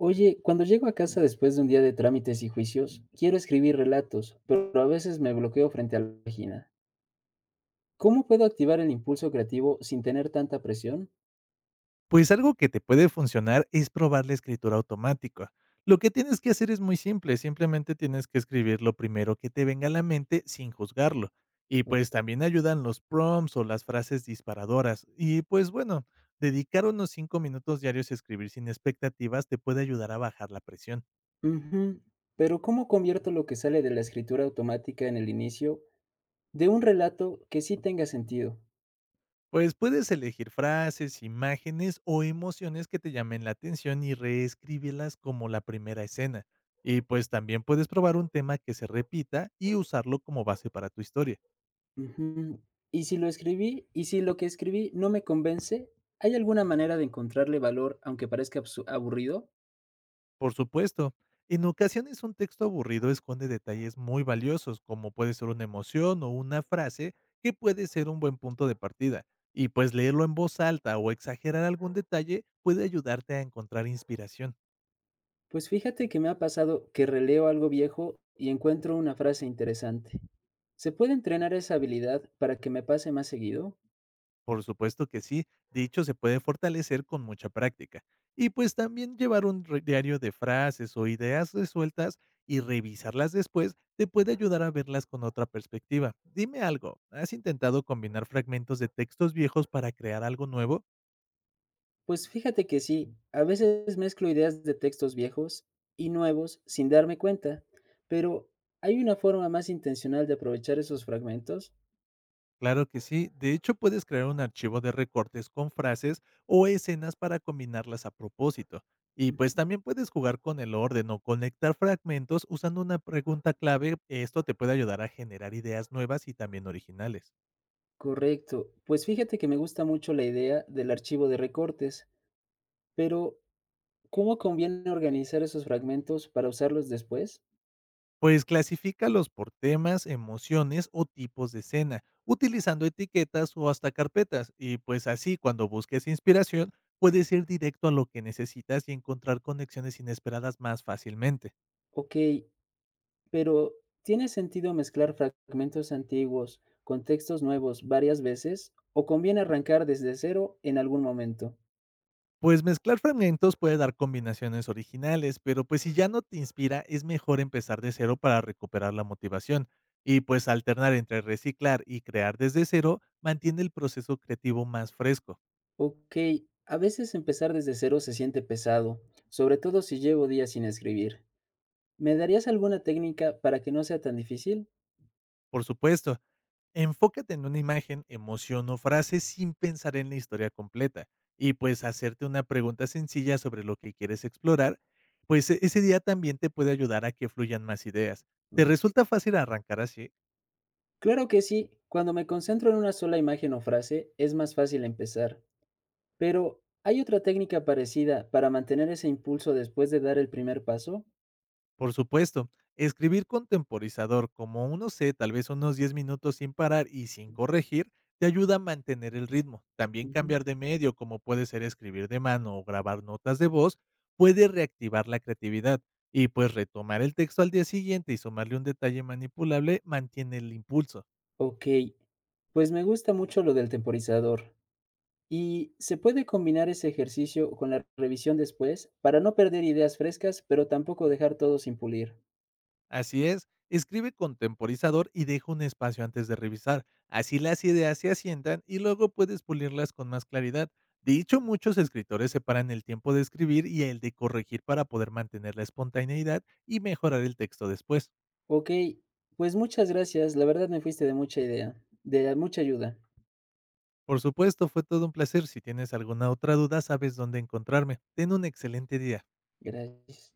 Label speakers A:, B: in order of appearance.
A: Oye, cuando llego a casa después de un día de trámites y juicios, quiero escribir relatos, pero a veces me bloqueo frente a la página. ¿Cómo puedo activar el impulso creativo sin tener tanta presión?
B: Pues algo que te puede funcionar es probar la escritura automática. Lo que tienes que hacer es muy simple, simplemente tienes que escribir lo primero que te venga a la mente sin juzgarlo. Y
A: O-
B: pues también ayudan los prompts o las frases disparadoras. Y pues bueno, dedicar unos 5 minutos diarios a escribir sin expectativas te puede ayudar a bajar la presión.
A: Ujú. Pero ¿cómo convierto lo que sale de la escritura automática en el inicio de un relato que sí tenga sentido?
B: Pues puedes elegir frases, imágenes o emociones que te llamen la atención y reescribirlas como la primera escena. Y pues también puedes probar un tema que se repita y usarlo como base para tu historia.
A: Ujú. Y si lo que escribí no me convence, ¿hay alguna manera de encontrarle valor aunque parezca aburrido?
B: Por supuesto, en ocasiones un texto aburrido esconde detalles muy valiosos, como puede ser una emoción o una frase que puede ser un buen punto de partida. Y pues leerlo en voz alta o exagerar algún detalle puede ayudarte a encontrar inspiración.
A: Pues fíjate que me ha pasado que releo algo viejo y encuentro una frase interesante. ¿Se puede entrenar esa habilidad para que me pase más seguido?
B: Por supuesto que sí, dicho se puede fortalecer con mucha práctica. Y pues también llevar un diario de frases o ideas resueltas y revisarlas después te puede ayudar a verlas con otra perspectiva. Dime algo, ¿has intentado combinar fragmentos de textos viejos para crear algo nuevo?
A: Pues fíjate que sí, a veces mezclo ideas de textos viejos y nuevos sin darme cuenta, pero ¿hay una forma más intencional de aprovechar esos fragmentos?
B: Claro que sí. De hecho, puedes crear un archivo de recortes con frases o escenas para combinarlas a propósito. Y pues también puedes jugar con el orden o conectar fragmentos usando una pregunta clave. Esto te puede ayudar a generar ideas nuevas y también originales.
A: Correcto, pues fíjate que me gusta mucho la idea del archivo de recortes, pero ¿cómo conviene organizar esos fragmentos para usarlos después?
B: Pues clasifícalos por temas, emociones o tipos de escena, utilizando etiquetas o hasta carpetas. Y pues así, cuando busques inspiración, puedes ir directo a lo que necesitas y encontrar conexiones inesperadas más fácilmente.
A: Ok, pero ¿tiene sentido mezclar fragmentos antiguos con textos nuevos varias veces o conviene arrancar desde cero en algún momento?
B: Pues mezclar fragmentos puede dar combinaciones originales, pero pues si ya no te inspira, es mejor empezar de cero para recuperar la motivación. Y pues alternar entre reciclar y crear desde cero mantiene el proceso creativo más fresco.
A: Ok, a veces empezar desde cero se siente pesado, sobre todo si llevo días sin escribir. ¿Me darías alguna técnica para que no sea tan difícil?
B: Por supuesto, enfócate en una imagen, emoción o frase sin pensar en la historia completa. Y pues hacerte una pregunta sencilla sobre lo que quieres explorar, ese día también te puede ayudar a que fluyan más ideas. ¿Te
A: Mm.
B: resulta fácil arrancar así?
A: Claro que sí, cuando me concentro en una sola imagen o frase es más fácil empezar, pero ¿hay otra técnica parecida para mantener ese impulso después de dar el primer paso?
B: Por supuesto, escribir con temporizador como uno c tal vez unos 10 minutos sin parar y sin corregir, te ayuda a mantener el ritmo. También
A: Ujú.
B: cambiar de medio, como puede ser escribir de mano o grabar notas de voz, puede reactivar la creatividad. Y pues retomar el texto al día siguiente y sumarle un detalle manipulable mantiene el impulso.
A: Ok, pues me gusta mucho lo del temporizador. ¿Y se puede combinar ese ejercicio con la revisión después para no perder ideas frescas, pero tampoco dejar todo sin pulir?
B: Así es, escribe con temporizador y deja un espacio antes de revisar. Así las ideas se asientan y luego puedes pulirlas con más claridad. De hecho, muchos escritores separan el tiempo de escribir y el de corregir para poder mantener la espontaneidad y mejorar el texto después.
A: Ok, pues muchas gracias. La verdad me fuiste de mucha idea, de mucha ayuda.
B: Por supuesto, fue todo un placer. Si tienes alguna otra duda, sabes dónde encontrarme. Ten un excelente día.
A: Gracias.